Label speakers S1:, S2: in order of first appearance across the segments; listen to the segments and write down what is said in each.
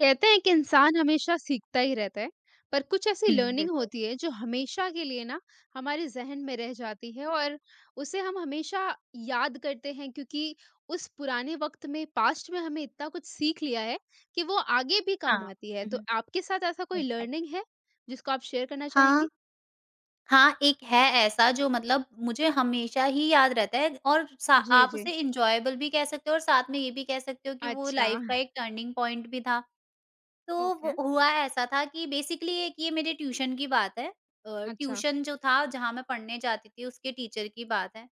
S1: कहते हैं कि इंसान हमेशा सीखता ही रहता है पर कुछ ऐसी
S2: हुँ,
S1: लर्निंग
S2: बिल्कुल।
S1: होती है जो हमेशा के लिए ना हमारे जहन में रह जाती है और उसे हम हमेशा याद करते हैं क्योंकि उस पुराने वक्त में पास्ट में हमें इतना कुछ सीख लिया है कि वो आगे भी
S2: हाँ।
S1: काम आती है,
S2: हुँ,
S1: तो
S2: हुँ।
S1: आपके साथ ऐसा कोई
S2: एग्ज़ैक्टली।
S1: लर्निंग है जिसको आप शेयर करना
S2: हाँ,
S1: चाहेंगी।
S2: हाँ, एक है ऐसा जो मुझे हमेशा ही याद रहता है और सा
S1: जी
S2: आप
S1: जी।
S2: उसे एन्जॉयबल भी कह सकते हो और साथ में ये भी कह सकते हो कि वो
S1: अच्छा।
S2: लाइफ़ का एक टर्निंग पॉइंट भी था। तो
S1: ओके।
S2: वो हुआ ऐसा था कि बेसिकली एक ये मेरे ट्यूशन की बात है
S1: अच्छा।
S2: ट्यूशन जो था जहाँ मैं पढ़ने जाती थी उसके टीचर की बात है।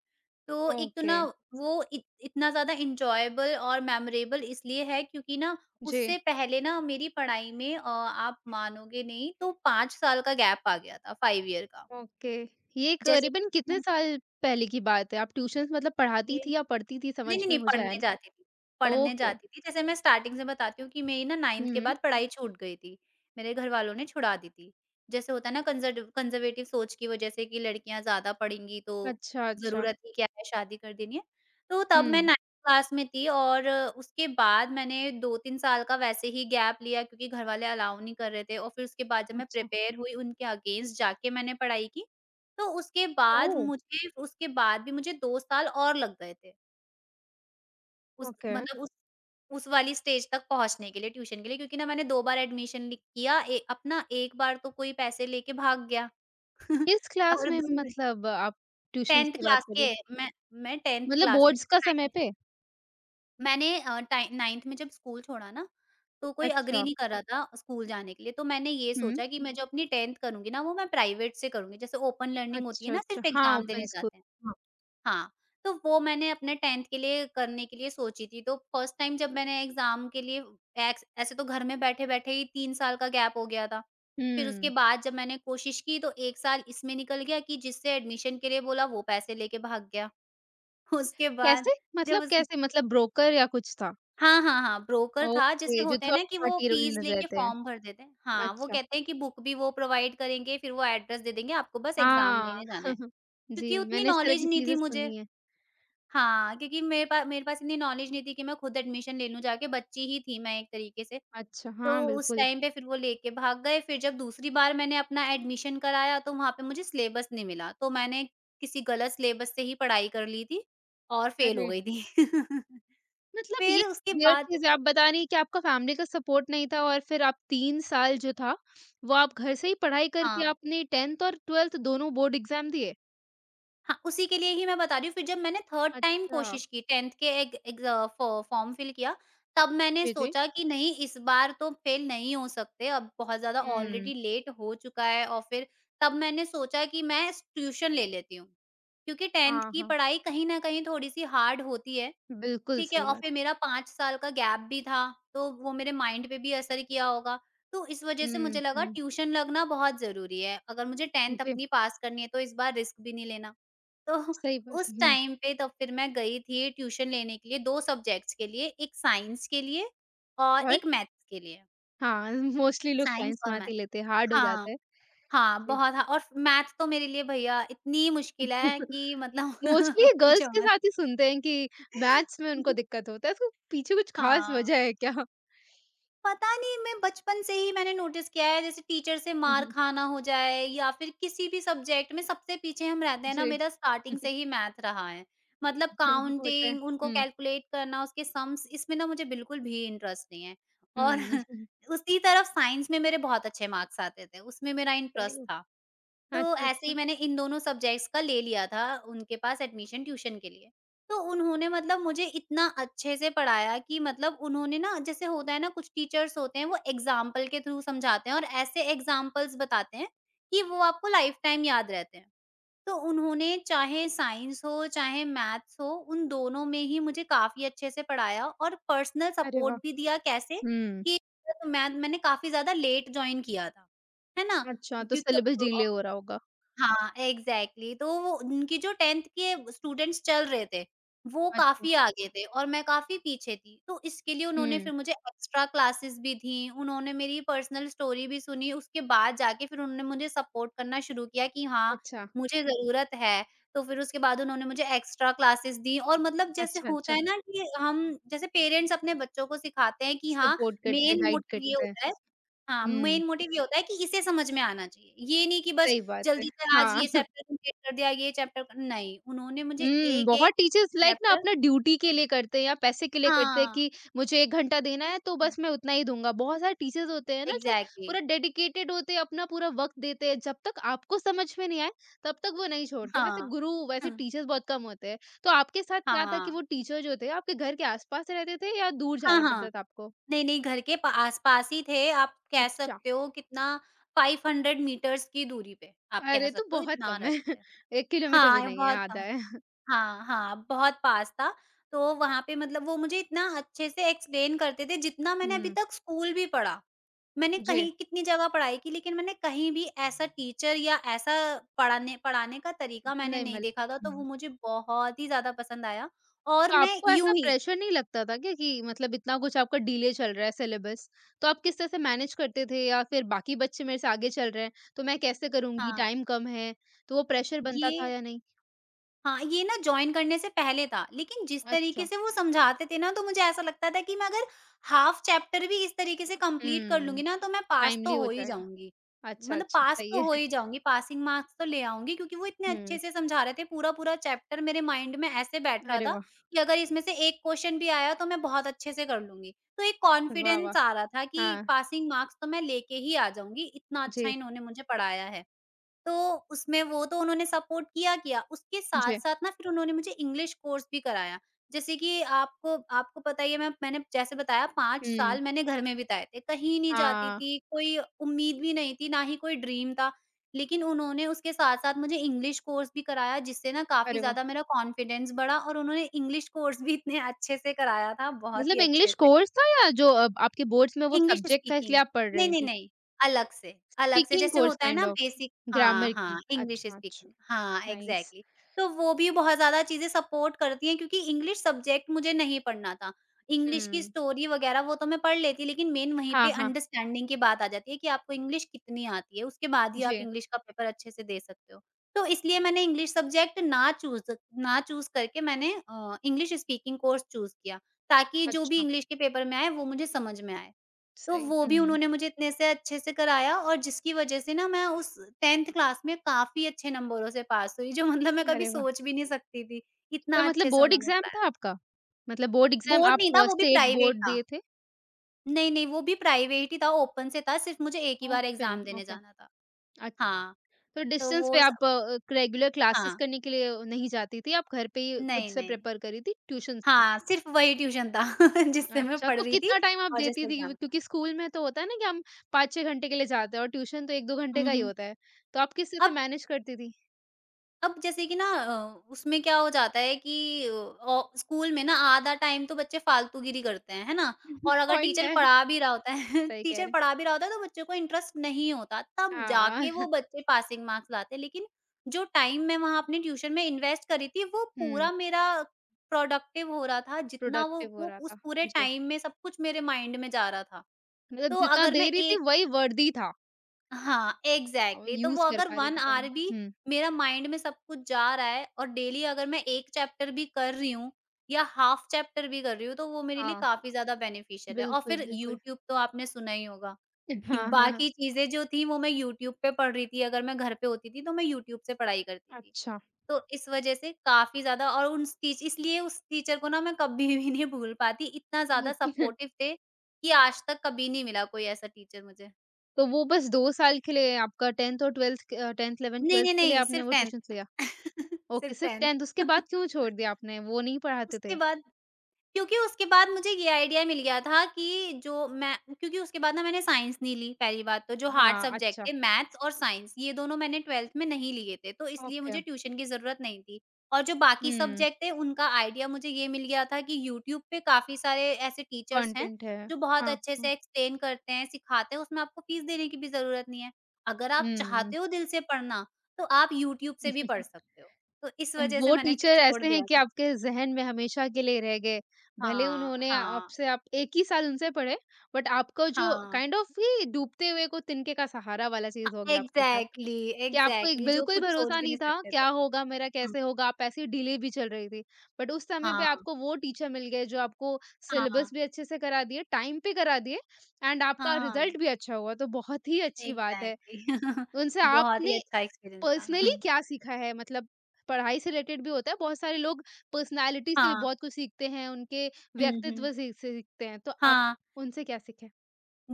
S2: तो एक तो
S1: ओके।
S2: ना वो इत इतना ज़्यादा एन्जॉयबल और मेमोरेबल इसलिए है क्योंकि ना
S1: जी।
S2: उससे पहले ना मेरी पढ़ाई में आप मानोगे नहीं तो 5 साल का गैप आ गया था, 5 ईयर का।
S1: ओके। ये
S2: जैसे
S1: करीबन कितने साल पहले की बात है? आप ट्यूशंस मतलब पढ़ाती
S2: ये
S1: थी या पढ़ती थी,
S2: नहीं,
S1: समझ
S2: नहीं,
S1: में
S2: नहीं,
S1: मुझे आया
S2: पढ़ने
S1: नहीं।
S2: जाती थी, पढ़ने
S1: ओके।
S2: जाती थी। जैसे मैं स्टार्टिंग से बताती हूँ कि मेरी ना 9th के
S1: हम्म।
S2: बाद पढ़ाई छूट गई थी, मेरे घर वालों ने छुड़ा दी थी। जैसे होता है ना कंज़र्वेटिव सोच की वजह से कि लड़कियाँ ज़्यादा पढ़ेंगी तो
S1: अच्छा अच्छा।
S2: ज़रूरत ही क्या है, शादी कर देनी है। तो तब मैं
S1: हम्म।
S2: 9th क्लास में थी और उसके बाद मैंने 2-3 साल का वैसे ही गैप लिया क्योंकि घर वाले अलाउ नहीं कर रहे थे और फिर उसके बाद जब मैं
S1: अच्छा।
S2: प्रिपेयर हुई उनके अगेंस्ट जाके मैंने पढ़ाई की, तो
S1: ओ।
S2: उसके बाद भी मुझे 2 साल और लग गए थे। उस
S1: ओके।
S2: मतलब उस वाली स्टेज तक पहुँचने के लिए ट्यूशन के लिए क्योंकि ना मैंने 2 बार एडमिशन लि किया ए अपना, एक बार तो कोई पैसे लेके भाग गया।
S1: किस क्लास
S2: और
S1: में
S2: दूर
S1: मतलब आप ट्यूशंस
S2: 10th
S1: की बात
S2: क्लास
S1: करी?
S2: के मैं मैं 10th
S1: मतलब
S2: क्लास में
S1: बोर्ड्स का समय
S2: नाइन्थ
S1: पे?
S2: मैंने अ, टाइ नाइन्थ में जब स्कूल छोड़ा ना, तो कोई एग्री
S1: अच्छा।
S2: नहीं कर रहा था स्कूल जाने के लिए, तो मैंने ये
S1: हम्म।
S2: सोचा कि मैं जो अपनी 10th करूँगी ना, वो मैं प्राइवेट से करूँगी। जैसे ओपन लर्निंग होती है
S1: अच्छा
S2: ना,
S1: अच्छा,
S2: सिर्फ़
S1: हाँ,
S2: एग्ज़ाम
S1: ओपन
S2: देने
S1: स्कूल।
S2: जाते हैं।
S1: हाँ।
S2: हाँ, तो वो मैंने अपने 10th के लिए करने के लिए सोची थी, तो फर्स्ट टाइम जब मैंने एग्ज़ाम के लिए एक्स ऐसे तो घर में बैठे-बैठे ही 3 साल का गैप हो गया था। फिर
S1: हम्म।
S2: उसके बाद जब मैंने कोशिश की तो 1 साल इसमें निकल गया कि जिससे एडमिशन के लिए बोला वो पैसे लेके भाग गया। उसके बाद
S1: कैसे?
S2: जब
S1: मतलब
S2: उस
S1: कैसे? मतलब ब्रोकर या कुछ था?
S2: हाँ, हाँ, हाँ, ब्रोकर था जैसे
S1: ओके, जो
S2: होते हैं
S1: थर्ड
S2: ना कि वो
S1: पार्टी
S2: फीस लेके
S1: रहते हैं।
S2: फॉर्म भर देते हैं। हाँ, वो
S1: अच्छा।
S2: कहते हैं कि बुक भी वो प्रोवाइड करेंगे, फिर वो एड्रेस दे देंगे, आपको बस एग्ज़ाम
S1: हाँ।
S2: लेने जाना है।
S1: जी,
S2: क्योंकि उतनी
S1: मैंने इस तरह की
S2: नॉलेज नहीं थी
S1: चीजें
S2: मुझे।
S1: सुनी है।
S2: हाँ, क्योंकि मेरे पास इतनी नॉलेज नहीं थी कि मैं खुद एडमिशन ले लूँ जाके, बच्ची ही थी मैं एक तरीके से।
S1: अच्छा,
S2: तो
S1: हाँ,
S2: उस
S1: बिल्कुल।
S2: टाइम पे फिर वो लेके भाग गए, फिर जब दूसरी बार मैंने अपना एडमिशन कराया तो वहाँ पे मुझे सिलेबस नहीं मिला, तो मैंने किसी गलत सिलेबस से ही पढ़ाई कर ली थी और फेल हो
S1: अरे!
S2: गई थी।
S1: मतलब ये
S2: फिर उसके
S1: वियर्ड
S2: बाद
S1: चीज़ है, आप बता रही हैं कि आपका फैमिली का सपोर्ट नहीं था, और फिर आप 3 साल जो था, वो आप घर से ही पढ़ाई करके
S2: हाँ।
S1: आपने 10th और 12th दोनों बोर्ड एग्ज़ाम दिए?
S2: हाँ, उसी के लिए ही मैं बता रही हूँ, फिर जब मैंने थर्ड टाइम
S1: अच्छा।
S2: कोशिश की 10th के एक एक अ, फ़ॉ फ़ॉर्म फिल किया, तब मैंने
S1: जी, जी।
S2: सोचा कि नहीं इस बार तो फेल नहीं हो सकते, अब बहुत ज़्यादा
S1: हुँ।
S2: ऑलरेडी लेट हो चुका है और फिर तब मैंने सोचा कि मैं स ट्यूशन ले लेती हूँ। क्योंकि 10th
S1: हाँ,
S2: की
S1: हाँ।
S2: पढ़ाई कहीं न कहीं थोड़ी-सी हार्ड होती है,
S1: बिल्कुल
S2: ठीक है?
S1: सही
S2: और
S1: बात।
S2: फिर मेरा 5 साल का गैप भी था, तो वो मेरे माइंड पे भी असर किया होगा। तो इस वजह से
S1: हुँ,
S2: मुझे लगा
S1: हुँ।
S2: ट्यूशन लगना बहुत ज़रूरी है, अगर मुझे 10th
S1: जी,
S2: अपनी पास करनी है तो इस बार रिस्क भी नहीं लेना। तो
S1: सही बात
S2: उस
S1: है। हुँ।
S2: टाइम पे तो फिर मैं गई थी ट्यूशन लेने के लिए 2 सब्जेक्ट्स के लिए, एक साइंस के लिए और
S1: और?
S2: एक मैथ्स के लिए।
S1: हाँ, मोस्टली लोग
S2: साइंस
S1: साइंस
S2: और
S1: मैथ
S2: मैथ्स,
S1: ही लेते हैं, हार्ड हो
S2: हाँ,
S1: जाता है।
S2: हाँ,
S1: जी।
S2: बहुत, हाँ, और मैथ्स तो मेरे लिए भैया इतनी मुश्किल है कि
S1: मोस्टली ये गर्ल्स
S2: पूछो
S1: के
S2: मत।
S1: साथ ही सुनते हैं कि मैथ्स में उनको दिक्कत होता है, तो पीछे कुछ ख़ास
S2: हाँ।
S1: वजह है क्या?
S2: पता नहीं, मैं बचपन से ही मैंने नोटिस किया है जैसे टीचर से मार खाना हो जाए या फिर किसी भी सब्जेक्ट में सबसे पीछे हम रहते हैं ना,
S1: जी।
S2: मेरा स्टार्टिंग से ही मैथ रहा है।
S1: अच्छा, होता है।
S2: काउंटिंग, उनको
S1: हुँ,
S2: कैलकुलेट करना, उसके सम्स, इसमें ना मुझे बिल्कुल भी इंटरेस्ट नहीं है और
S1: हुँ।
S2: उसी तरफ साइंस में मेरे बहुत अच्छे मार्क्स आते थे, उसमें मेरा
S1: सही
S2: इंटरेस्ट
S1: है।
S2: था। तो
S1: अच्छा,
S2: ऐसे
S1: अच्छा।
S2: ही मैंने इन दोनों सब्जेक्ट्स का ले लिया था उनके पास एडमिशन ट्यूशन के लिए। तो उन्होंने मुझे इतना अच्छे से पढ़ाया कि उन्होंने ना, जैसे होता है ना, कुछ टीचर्स होते हैं वो एग्ज़ाम्पल के थ्रू समझाते हैं और ऐसे एग्ज़ाम्पल्स बताते हैं कि वो आपको लाइफ़ टाइम याद रहते हैं। तो उन्होंने चाहे साइंस हो, चाहे मैथ्स हो, उन दोनों में ही मुझे काफ़ी अच्छे से पढ़ाया और पर्सनल
S1: अरे
S2: सपोर्ट
S1: वाह!
S2: भी दिया, कैसे
S1: हुँ।
S2: कि मैथ मैंने काफ़ी ज़्यादा लेट जॉइन किया था। है ना?
S1: अच्छा, तो
S2: क्योंकि
S1: सिलेबस डिले हो रहा होगा।
S2: हाँ, एग्ज़ैक्टली, तो वो उनकी जो 10th के स्टूडेंट्स चल रहे थे, वो
S1: अच्छा।
S2: काफ़ी आगे थे और मैं काफ़ी पीछे थी। तो इसके लिए उन्होंने
S1: हुँ।
S2: फिर मुझे एक्स्ट्रा क्लासेस भी दीं, उन्होंने मेरी पर्सनल स्टोरी भी सुनी, उसके बाद जाके फिर उन्होंने मुझे सपोर्ट करना शुरू किया कि हाँ,
S1: अच्छा,
S2: मुझे ज़रूरत है। तो फिर उसके बाद उन्होंने मुझे एक्स्ट्रा क्लासेस दी और जैसे
S1: अच्छा,
S2: होता
S1: अच्छा।
S2: है ना कि हम, जैसे पेरेंट्स अपने बच्चों को सिखाते हैं कि हाँ,
S1: सपोर्ट करते हैं,
S2: मेन
S1: गाइड
S2: मोटिव ये
S1: करते हैं।
S2: होता है हाँ,
S1: हुँ,
S2: मेन मोटिव ये होता है कि इसे समझ में आना चाहिए। ये नहीं कि बस
S1: सही बात है।
S2: जल्दी से आज
S1: हाँ।
S2: ये चैप्टर कंप्लीट कर दिया, ये चैप्टर क नहीं, उन्होंने मुझे
S1: हुँ, बहुत
S2: एक-एक
S1: टीचर्स लाइक ना
S2: चैप्टर,
S1: अपना ड्यूटी के लिए करते हैं या पैसे के लिए करते हैं
S2: हाँ,
S1: कि मुझे 1 घंटा देना है तो
S2: हुँ,
S1: बस मैं उतना ही दूँगा। बहुत सारे टीचर्स होते हैं ना जो
S2: एग्ज़ैक्टली,
S1: पूरा डेडिकेटेड होते हैं, अपना पूरा वक़्त देते हैं। जब तक आपको समझ में नहीं आए तब तक वो नहीं छोड़ते। वैसे
S2: हाँ,
S1: गुरु, वैसे
S2: हुँ,
S1: टीचर्स बहुत कम होते हैं। तो आपके साथ क्या था कि
S2: हाँ,
S1: वो टीचर जो थे आपके घर के आस-पास रहते थे या दूर
S2: हाँ,
S1: जाना
S2: हाँ।
S1: पड़ता था आपको?
S2: नहीं, नहीं, घर के पा आस-पास ही थे, आप कह
S1: अच्छा।
S2: सकते हो कितना, 500 मीटर्स की दूरी पे, आप कह
S1: अरे! तो
S2: सकते हो
S1: बहुत
S2: इतना
S1: कम है।
S2: रहते थे।
S1: 1 किलोमीटर
S2: हाँ,
S1: भी
S2: ये
S1: नहीं है,
S2: बहुत कम
S1: आधा
S2: है।
S1: है।
S2: हाँ, हाँ, बहुत पास था। तो वहाँ पे वो मुझे इतना अच्छे से एक्सप्लेन करते थे जितना मैंने अभी
S1: हुँ,
S2: तक स्कूल भी पढ़ा। मैंने
S1: जी,
S2: कहीं कितनी जगह पढ़ाई की लेकिन मैंने कहीं भी ऐसा टीचर या ऐसा पढ़ाने पढ़ाने का तरीका मैंने
S1: नहीं
S2: नहीं
S1: मिला।
S2: देखा था, तो वो
S1: हुँ।
S2: मुझे बहुत ही ज़्यादा पसंद आया और
S1: तो
S2: मैं
S1: आपको ऐसा
S2: यूँ ही
S1: प्रेशर नहीं लगता था क्या कि मतलब इतना कुछ आपका डिले चल रहा है सिलेबस, तो आप किस तरह से मैनेज करते थे? या फिर बाकी बच्चे मेरे से आगे चल रहे हैं, तो मैं कैसे करूँगी?
S2: हाँ,
S1: टाइम कम है, तो वो प्रेशर बनता था
S2: ये
S1: या नहीं?
S2: हाँ, ये ना जॉइन करने से पहले था, लेकिन जिस
S1: अच्छा।
S2: तरीके से वो समझाते थे ना, तो मुझे ऐसा लगता था कि मैं अगर हाफ़ चैप्टर भी इस तरीके से कंप्लीट कर
S1: हुँ,
S2: लूँगी ना तो मैं पास
S1: टाइमली
S2: तो
S1: हो
S2: हो ही
S1: जाएगा।
S2: जाऊँगी।
S1: अच्छा, अच्छा,
S2: पास
S1: सही
S2: तो हो
S1: है।
S2: ही जाऊँगी, पासिंग मार्क्स तो ले आऊँगी, क्योंकि वो इतने
S1: हुँ,
S2: अच्छे से समझा रहे थे, पूरा-पूरा चैप्टर मेरे माइंड में ऐसे बैठ रहा
S1: अरे
S2: था
S1: वाह!
S2: कि अगर इसमें से एक क्वेश्चन भी आया तो मैं बहुत अच्छे से कर लूँगी। तो एक
S1: वाह, वाह!
S2: कॉन्फिडेंस आ रहा था कि
S1: हाँ,
S2: पासिंग मार्क्स तो मैं लेके ही आ जाऊँगी, इतना अच्छा
S1: जी,
S2: इन्होंने मुझे पढ़ाया है। तो उसमें वो तो उन्होंने सपोर्ट किया-किया, उसके
S1: जी।
S2: साथ-साथ ना फिर उन्होंने मुझे इंग्लिश कोर्स भी कराया। जैसे कि आपको आपको पता ही है, मैंने जैसे बताया 5
S1: हुँ,
S2: साल मैंने घर में बिताए थे, कहीं नहीं जाती
S1: हाँ,
S2: थी, कोई उम्मीद भी नहीं थी, ना ही कोई ड्रीम था। लेकिन उन्होंने उसके साथ-साथ मुझे इंग्लिश कोर्स भी कराया जिससे ना काफ़ी
S1: अरे वाह!
S2: ज़्यादा मेरा कॉन्फिडेंस बढ़ा और उन्होंने इंग्लिश कोर्स भी इतने अच्छे से कराया था, बहुत
S1: मतलब
S2: ही
S1: इंग्लिश
S2: अच्छे से।
S1: कोर्स था या जो आपके बोर्ड्स में वो
S2: इंग्लिश
S1: सब्जेक्ट था इसलिए
S2: स्पीकिंग।
S1: आप पढ़
S2: नहीं,
S1: रही
S2: नहीं,
S1: थीं?
S2: नहीं, अलग से, अलग से,
S1: स्पीकिंग
S2: जैसे
S1: कोर्स
S2: होता है
S1: काइंड
S2: ना
S1: ऑफ,
S2: बेसिक, हाँ,
S1: ग्रामर की।
S2: हाँ, इंग्लिश
S1: अच्छा, अच्छा,
S2: स्पीकिंग, हाँ,
S1: नाइस।
S2: एग्ज़ैक्टली। तो वो भी बहुत ज़्यादा चीज़ें सपोर्ट करती हैं क्योंकि इंग्लिश सब्जेक्ट मुझे नहीं पढ़ना था। इंग्लिश की
S1: हुँ।
S2: स्टोरी वगैरह वो तो मैं पढ़ लेती, लेकिन मेन वहीं
S1: हाँ,
S2: पे
S1: हाँ।
S2: अंडरस्टैंडिंग की बात आ जाती है कि आपको इंग्लिश कितनी आती है, उसके बाद ही आप
S1: जी,
S2: इंग्लिश का पेपर अच्छे से दे सकते हो। तो इसलिए मैंने इंग्लिश सब्जेक्ट ना चूज़ करके मैंने इंग्लिश स्पीकिंग कोर्स चूज़ किया, ताकि जो भी
S1: अच्छा,
S2: इंग्लिश के पेपर में आए वो मुझे समझ में आए। तो
S1: सही।
S2: वो भी
S1: हुँ।
S2: उन्होंने मुझे इतने से अच्छे से कराया और जिसकी वजह से ना मैं उस 10th क्लास में काफ़ी अच्छे नंबरों से पास हुई, जो मैं कभी
S1: अरे वाह!
S2: सोच भी नहीं सकती थी,
S1: क्या
S2: इतना
S1: मतलब
S2: अच्छे से
S1: बोर्ड
S2: उन्होंने
S1: एग्ज़ाम
S2: पढ़ाया।
S1: था आपका? मतलब बोर्ड एग्ज़ाम
S2: बोर्ड नहीं
S1: आप
S2: था, वो भी
S1: स्टेट
S2: प्राइवेट
S1: बोर्ड
S2: था।
S1: दिए थे?
S2: नहीं, नहीं, वो भी प्राइवेट ही था, ओपन से था, सिर्फ़ मुझे एक ही बार
S1: ओपन,
S2: एग्ज़ाम देने
S1: ओके,
S2: जाना था।
S1: अच्छा।
S2: हाँ,
S1: तो
S2: तो
S1: डिस्टेंस पे
S2: वो सब
S1: आप रेगुलर क्लासेस
S2: हाँ,
S1: करने के लिए नहीं जाती थी, आप घर पे ही खुद
S2: नहीं,
S1: से
S2: नहीं।
S1: प्रिपेयर करी थी ट्यूशन्स पे।
S2: हाँ, सिर्फ़ वही ट्यूशन था जिससे मैं
S1: अच्छा,
S2: पढ़
S1: तो
S2: रही थी
S1: कितना टाइम आप
S2: और जस्ट
S1: देती थी?
S2: एग्ज़ाम
S1: क्यों-
S2: था।
S1: क्योंकि स्कूल में तो होता है ना कि हम 5-6 घंटे के लिए जाते हैं और ट्यूशन तो 1-2 घंटे
S2: हुँ,
S1: का ही
S2: हुँ।
S1: होता है। तो आप किस तरह से
S2: अब
S1: मैनेज करती थी?
S2: अब जैसे कि ना उसमें क्या हो जाता है कि अ, औ स्कूल में ना आधा टाइम तो बच्चे फालतूगिरी करते हैं, है ना? और अगर
S1: पॉइंट
S2: टीचर
S1: है,
S2: पढ़ा भी रहा होता है
S1: सही कह
S2: टीचर
S1: रहे हैं।
S2: पढ़ा भी रहा होता है तो बच्चों को इंटरेस्ट नहीं होता, तब
S1: हाँ।
S2: जाके वो बच्चे पासिंग मार्क्स लाते हैं। लेकिन जो टाइम मैं वहाँ अपने ट्यूशन में इन्वेस्ट करी थी, वो
S1: हुँ।
S2: पूरा मेरा प्रोडक्टिव हो रहा था, जितना वो
S1: प्रोडक्टिव हो
S2: वो
S1: रहा था।
S2: उस पूरे
S1: जी,
S2: टाइम में सब कुछ मेरे माइंड में जा रहा था।
S1: मतलब
S2: तो
S1: जितना
S2: अगर
S1: दे
S2: मैं
S1: रही थी
S2: एक
S1: वही वर्दी था
S2: हाँ,
S1: और
S2: एग्ज़ैक्टली। तो वो
S1: यूज़ कर
S2: अगर
S1: पा रहे
S2: 1
S1: थे टाइम
S2: ऑवर
S1: को।
S2: भी
S1: हुँ,
S2: मेरा माइंड में सब कुछ जा रहा है और डेली अगर मैं 1 चैप्टर भी कर रही हूँ या हाफ चैप्टर भी कर रही हूँ, तो वो मेरे लिए
S1: हाँ,
S2: काफ़ी ज़्यादा बेनिफिशियल है। और
S1: बिल्कुल,
S2: फिर
S1: बिल्कुल।
S2: यूट्यूब तो आपने सुना ही होगा।
S1: हाँ, हाँ, हाँ।
S2: बाकी चीज़ें जो थी वो मैं यूट्यूब पे पढ़ रही थी, अगर मैं घर पे होती थी तो मैं यूट्यूब से पढ़ाई करती थी।
S1: अच्छा।
S2: तो इस वज़ह से काफ़ी ज़्यादा, और उन टीच इसलिए उस टीचर को ना मैं कभी भी नहीं भूल पाती, इतना ज़्यादा सपोर्टिव थे कि आज तक कभी नहीं मिला कोई ऐसा टीचर मुझे।
S1: तो वो बस 2 साल के लिए आपका 10th और 12th 10th 11th
S2: नहीं,
S1: 12th
S2: नहीं,
S1: के लिए
S2: नहीं,
S1: आपने
S2: सिर्फ़
S1: वो ट्यूशन्स लिया।
S2: 10th।
S1: ओके,
S2: सिर्फ़
S1: सिर्फ़ 10th।
S2: 10th।
S1: उसके बाद क्यों छोड़ दिया आपने? वो नहीं पढ़ाते
S2: उसके
S1: थे?
S2: बाद क्योंकि उसके बाद मुझे ये आइडिया मिल गया था कि जो मैं, क्योंकि उसके बाद ना मैंने साइंस नहीं ली, पहली बात। तो जो हार्ड
S1: हाँ,
S2: सब्जेक्ट
S1: अच्छा,
S2: थे, मैथ्स और साइंस, ये दोनों मैंने 12th में नहीं लिए थे, तो इसलिए
S1: ओके।
S2: मुझे ट्यूशन की ज़रूरत नहीं थी। और जो बाकी
S1: हुँ,
S2: सब्जेक्ट थे उनका आइडिया मुझे ये मिल गया था कि यूट्यूब पे काफ़ी सारे ऐसे टीचर्स हैं
S1: कंटेंट है।
S2: जो बहुत
S1: हाँ,
S2: अच्छे
S1: हुँ,
S2: से एक्सप्लेन करते हैं, सिखाते हैं, उसमें आपको फीस देने की भी ज़रूरत नहीं है। अगर आप
S1: हुँ, हुँ।
S2: चाहते हो दिल से पढ़ना, तो आप यूट्यूब से भी पढ़ सकते हो। तो इस वज़ह से
S1: वो
S2: मैंने फिर
S1: टीचर
S2: छोड़
S1: ऐसे हैं
S2: दिया
S1: कि
S2: था।
S1: आपके ज़हन में हमेशा के लिए रह गए। भले
S2: हाँ,
S1: उन्होंने
S2: हाँ,
S1: आपसे आप 1 ही साल उनसे पढ़े, बट आपको जो
S2: हाँ।
S1: काइंड ऑफ ही डूबते हुए को तिनके का सहारा वाला चीज़ हो
S2: हाँ,
S1: गया आपके साथ,
S2: एग्ज़ैक्टली,
S1: कि आपको एक
S2: एग्ज़ैक्टली, जो
S1: बिल्कुल
S2: कुछ सोच
S1: भरोसा
S2: भी
S1: नहीं
S2: नहीं
S1: था,
S2: सकते थे।
S1: क्या होगा मेरा,
S2: हुँ,
S1: कैसे होगा? आप ऐसे ही ढीले भी चल रही थी। बट उस समय पे
S2: हाँ,
S1: आपको वो टीचर मिल गए जो आपको
S2: हाँ,
S1: सिलेबस भी अच्छे से करा दिए, टाइम पे करा दिए, एंड आपका
S2: हाँ,
S1: रिज़ल्ट भी अच्छा हुआ, तो बहुत ही अच्छी बात है।
S2: एग्ज़ैक्टली।
S1: उनसे
S2: बहुत
S1: आपने
S2: ही अच्छा एक्सपीरियंस था।
S1: पर्सनली
S2: हुँ,
S1: क्या सीखा है? मतलब पढ़ाई से रिलेटेड भी होता है, बहुत सारे लोग पर्सनालिटी से भी
S2: हाँ,
S1: बहुत कुछ सीखते हैं, उनके
S2: हुँ, हुँ,
S1: व्यक्तित्व से सीखते हैं, तो आप
S2: हाँ।
S1: उनसे क्या सीखे?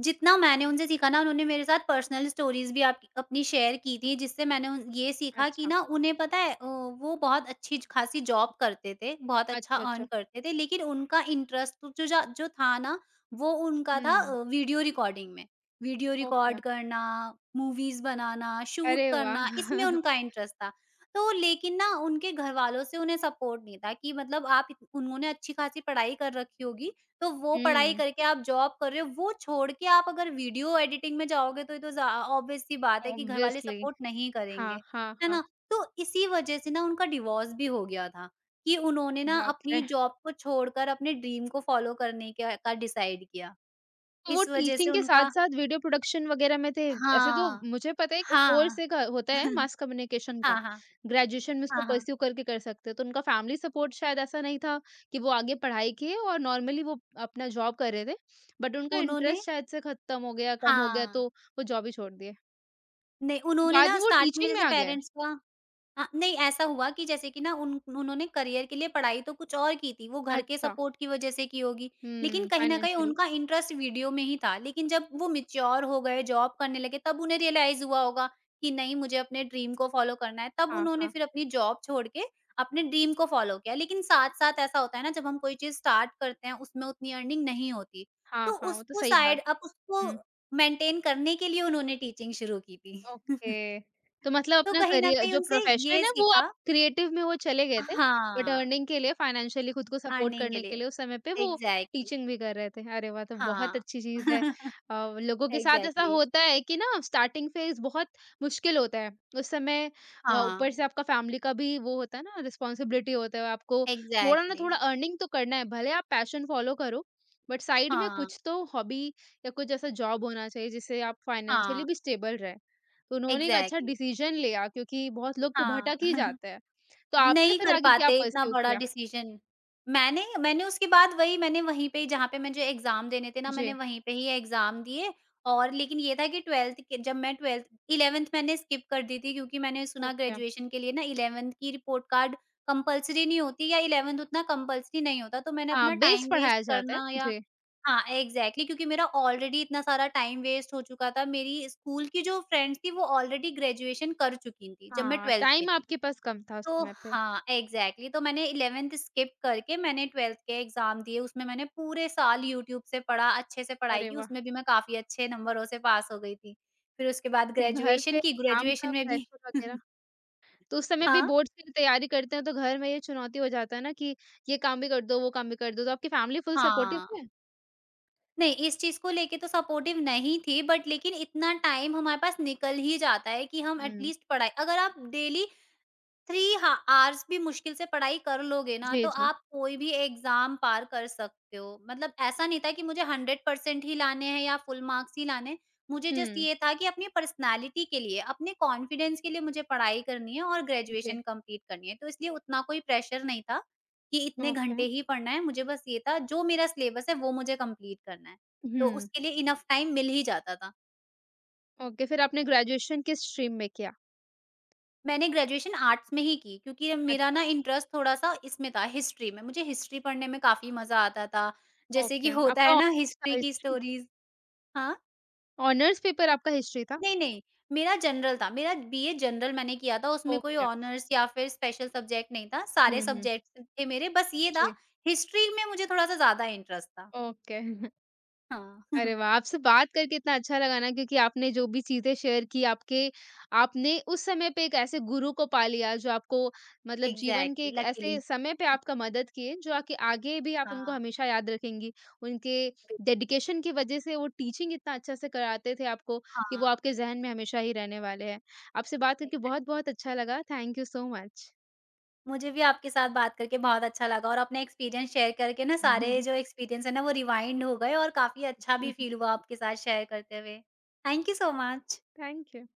S2: जितना मैंने उनसे सीखा ना, उन्होंने मेरे साथ पर्सनल स्टोरीज़ भी आप अपनी शेयर की थी, जिससे मैंने उन ये सीखा कि
S1: अच्छा,
S2: ना उन्हें पता है। वो बहुत अच्छी ख़ासी जॉब करते थे, बहुत अच्छा
S1: अच्छा,
S2: अर्न
S1: अच्छा।
S2: करते थे, लेकिन उनका इंटरेस्ट जो था ना, वो उनका था
S1: हुँ,
S2: वीडियो रिकॉर्डिंग में। Video
S1: okay.
S2: रिकॉर्ड करना, मूवीज़ बनाना, शूट
S1: अरे वाह!
S2: करना, इसमें उनका इंटरेस्ट था। तो लेकिन ना उनके घरवालों से उन्हें सपोर्ट नहीं था, कि मतलब उन्होंने अच्छी ख़ासी पढ़ाई कर रखी होगी, तो वो पढ़ाई
S1: हुँ,
S2: करके आप जॉब कर रहे हो, वो छोड़ के आप अगर वीडियो एडिटिंग में जाओगे, तो ये तो ज़ा ऑब्वियस सी बात है कि घरवाले
S1: ऑब्वियसली।
S2: सपोर्ट नहीं
S1: हाँ,
S2: करेंगे,
S1: हाँ,
S2: है
S1: हाँ।
S2: ना? तो इसी वजह से ना उनका डिवोर्स भी हो गया था, कि उन्होंने ना
S1: बाप
S2: अपनी
S1: रे!
S2: जॉब को छोड़कर अपने ड्रीम को फॉलो करने का डिसाइड किया।
S1: तो वो
S2: इस वजह से
S1: टीचिंग के
S2: उनका,
S1: साथ-साथ वीडियो प्रोडक्शन वगैरह में थे। ऐसे तो
S2: हाँ,
S1: मुझे पता है कि कोर्स
S2: हाँ।
S1: एक होता है मास कम्युनिकेशन का,
S2: हाँ, हाँ।
S1: ग्रेजुएशन में उसको
S2: हाँ, हाँ।
S1: परस्यू करके कर सकते हो। तो उनका फैमिली सपोर्ट शायद ऐसा नहीं था कि वो आगे पढ़ाई किए, और नॉर्मली वो अपना जॉब कर रहे थे। बट उनका
S2: उन्होंने,
S1: इंटरेस्ट शायद से खत्म हो गया, कम हो गया
S2: हाँ।
S1: तो वो जॉब ही छोड़ दिए।
S2: नहीं,
S1: तो
S2: उन्होंने
S1: बाद
S2: ना
S1: में वो
S2: स्टार्टिंग में
S1: टीचिंग में
S2: जैसे
S1: आ गए।
S2: पेरेंट्स का, हाँ, नहीं, ऐसा हुआ कि जैसे कि ना उन उन्होंने करियर के लिए पढ़ाई तो कुछ और की थी, वो घर के
S1: अच्छा।
S2: सपोर्ट की वज़ह से की होगी। लेकिन
S1: हुँ,
S2: कहीं न कहीं
S1: फाइनेंशियली।
S2: उनका इंटरेस्ट वीडियो में ही था, लेकिन जब वो मैच्योर हो गए, जॉब करने लगे, तब उन्हें रियलाइज़ हुआ होगा कि नहीं, मुझे अपने ड्रीम को फ़ॉलो करना है। तब
S1: हाँ,
S2: उन्होंने
S1: हाँ।
S2: फिर अपनी जॉब छोड़ के अपने ड्रीम को फ़ॉलो किया। लेकिन साथ-साथ ऐसा होता है ना, जब हम कोई चीज़ स्टार्ट करते हैं, उसमें उतनी अर्निंग नहीं होती,
S1: हाँ,
S2: तो
S1: हाँ, वो तो
S2: उसको
S1: सही
S2: साइड
S1: बात
S2: अब
S1: है।
S2: उसको
S1: हुँ।
S2: मेंटेन करने के लिए उन्होंने टीचिंग शुरू की थी।
S1: ओके। तो मतलब
S2: तो
S1: अपना
S2: कहीं न
S1: करियर
S2: कहीं
S1: जो
S2: उनसे
S1: प्रोफ़ेशन
S2: ये
S1: है वो आप
S2: सीखा।
S1: क्रिएटिव में वो चले गए थे, बट
S2: हाँ,
S1: अर्निंग के लिए फाइनेंशियली खुद को सपोर्ट
S2: अर्निंग के
S1: करने के
S2: लिए,
S1: लिए उस समय पे वो
S2: एग्ज़ैक्टली।
S1: टीचिंग भी कर रहे थे। अरे वाह! तो बहुत
S2: हाँ।
S1: अच्छी चीज़ है। लोगों के साथ ऐसा
S2: एग्ज़ैक्टली।
S1: होता है कि ना स्टार्टिंग फ़ेज़ बहुत मुश्किल होता है। उस समय ऊपर
S2: हाँ,
S1: से आपका फ़ैमिली का भी वो होता है ना रिस्पॉन्सिबिलिटी होता है। आपको थोड़ा ना
S2: एग्ज़ैक्टली।
S1: थोड़ा अर्निंग तो करना है, भले आप पैशन फ़ॉलो करो, बट साइड में
S2: हाँ,
S1: कुछ तो हॉबी या कुछ ऐसा जॉब होना चाहिए जिससे आप फाइनेंशियली
S2: हाँ,
S1: भी स्टेबल रहें। तो उन्होंने एक अच्छा
S2: एग्ज़ैक्टली।
S1: डिसीजन लिया क्योंकि बहुत लोग तो
S2: हाँ।
S1: भटक ही जाते हैं। तो आपने
S2: नहीं
S1: फिर
S2: कर
S1: आगे क्या
S2: पाते इतना
S1: पर्स्यू
S2: बड़ा
S1: किया?
S2: डिसीजन। मैंने मैंने उसके बाद, वहीं पे ही जहाँ पे मुझे एग्ज़ाम देने थे ना, मैंने
S1: जी,
S2: वहीं पे ही एग्ज़ाम दिए। और लेकिन ये था कि 12th के जब मैं 12th 11th मैंने स्किप कर दी थी, क्योंकि मैंने सुना
S1: ओके।
S2: ग्रेजुएशन के लिए ना 11th की रिपोर्ट कार्ड कंपल्सरी नहीं होती, या 11th उतना कंपल्सरी नहीं होता, तो मैंने
S1: हाँ,
S2: अपना
S1: बेस
S2: टाइम वेस्ट
S1: पढ़ाया जाता है।
S2: करना, या
S1: जी,
S2: हाँ, एग्ज़ैक्टली, क्योंकि मेरा ऑलरेडी इतना सारा टाइम वेस्ट हो चुका था। मेरी स्कूल की जो फ्रेंड्स थी वो ऑलरेडी ग्रेजुएशन कर चुकी थी, जब मैं
S1: हाँ,
S2: 12th में
S1: टाइम
S2: थी।
S1: आपके पास कम था उस
S2: तो
S1: समय पे।
S2: हाँ, एग्ज़ैक्टली। तो मैंने 11th स्किप करके मैंने 12th के एग्ज़ाम दिए, उसमें मैंने पूरे साल यूट्यूब से पढ़ा, अच्छे से पढ़ाई
S1: अरे
S2: की,
S1: वाह!
S2: उसमें भी मैं काफ़ी अच्छे नंबरों से पास हो गई थी। फिर उसके बाद
S1: तो घर
S2: ग्रेजुएशन
S1: पे
S2: की,
S1: काम
S2: ग्रेजुएशन
S1: का
S2: में भी।
S1: प्रेशर वगैरह? तो उस समय भी
S2: हाँ?
S1: बोर्ड्स की तैयारी करते हैं तो घर में ये चुनौती हो जाता है ना कि ये काम भी कर दो, वो काम भी कर दो, तो आपकी फैमिली फुल सपोर्टिव
S2: हाँ।
S1: है?
S2: नहीं, इस चीज़ को लेके तो सपोर्टिव नहीं थी, बट लेकिन इतना टाइम हमारे पास निकल ही जाता है कि हम
S1: हुँ,
S2: एटलीस्ट पढ़ाई, अगर आप डेली 3 हा आवर्स भी मुश्किल से पढ़ाई कर लोगे ना,
S1: जी,
S2: तो
S1: जी।
S2: आप कोई भी एग्ज़ाम पार कर सकते हो। मतलब ऐसा नहीं था कि मुझे 100% ही लाने हैं या फुल मार्क्स ही लाने हैं। मुझे जस्ट
S1: हुँ,
S2: ये था कि अपनी पर्सनैलिटी के लिए, अपने कॉन्फिडेंस के लिए मुझे पढ़ाई करनी है और
S1: जी,
S2: ग्रेजुएशन कंप्लीट करनी है। तो इसलिए उतना कोई प्रेशर नहीं था कि इतने
S1: ओके।
S2: घंटे ही पढ़ना है, मुझे बस ये था जो मेरा सिलेबस है वो मुझे कंप्लीट करना है। तो
S1: हुँ,
S2: उसके लिए इनफ टाइम मिल ही जाता था।
S1: ओके, फिर आपने ग्रेजुएशन किस स्ट्रीम में किया?
S2: मैंने ग्रेजुएशन आर्ट्स में ही की, क्योंकि मेरा
S1: अच्छा।
S2: ना इंटरेस्ट थोड़ा-सा इसमें था, हिस्ट्री में। मुझे हिस्ट्री पढ़ने में काफ़ी मज़ा आता था। जैसे
S1: ओके,
S2: कि होता
S1: आपका
S2: है ना,
S1: ऑनर्स था
S2: हिस्ट्री की
S1: हिस्ट्री?
S2: स्टोरीज़। हाँ?
S1: ऑनर्स पेपर आपका हिस्ट्री था?
S2: नहीं, नहीं, मेरा जनरल था, मेरा बीए जनरल मैंने किया था, उसमें कोई
S1: ओके।
S2: ऑनर्स या फिर स्पेशल सब्जेक्ट नहीं था, सारे
S1: हुँ, हुँ, हुँ।
S2: सब्जेक्ट्स थे मेरे, बस ये था
S1: जी,
S2: हिस्ट्री में मुझे थोड़ा-सा ज़्यादा इंटरेस्ट था।
S1: ओके।
S2: हाँ।
S1: अरे वाह! आपसे बात करके इतना अच्छा लगा ना क्योंकि आपने जो भी चीज़ें शेयर की आपके, आपने उस समय पे एक ऐसे गुरु को पा लिया जो आपको मतलब जीवन के
S2: एग्ज़ैक्टली,
S1: एक
S2: लकीली।
S1: ऐसे समय पे आपका मदद किए जो आके आगे भी आप उनको
S2: हाँ,
S1: हमेशा याद रखेंगी। उनके
S2: बि
S1: डेडिकेशन की वज़ह से वो टीचिंग इतना अच्छे से कराते थे आपको कि
S2: हाँ।
S1: वो आपके ज़हन में हमेशा ही रहने वाले हैं। आपसे बात करके बहुत-बहुत अच्छा लगा। Thank you so much.
S2: मुझे भी आपके साथ बात करके बहुत अच्छा लगा, और अपने एक्सपीरियंस शेयर करके ना, सारे जो एक्सपीरियंस है ना वो रिवाइंड हो गए और काफ़ी अच्छा भी फील हुआ आपके साथ शेयर करते हुए। Thank you so much.
S1: Thank you.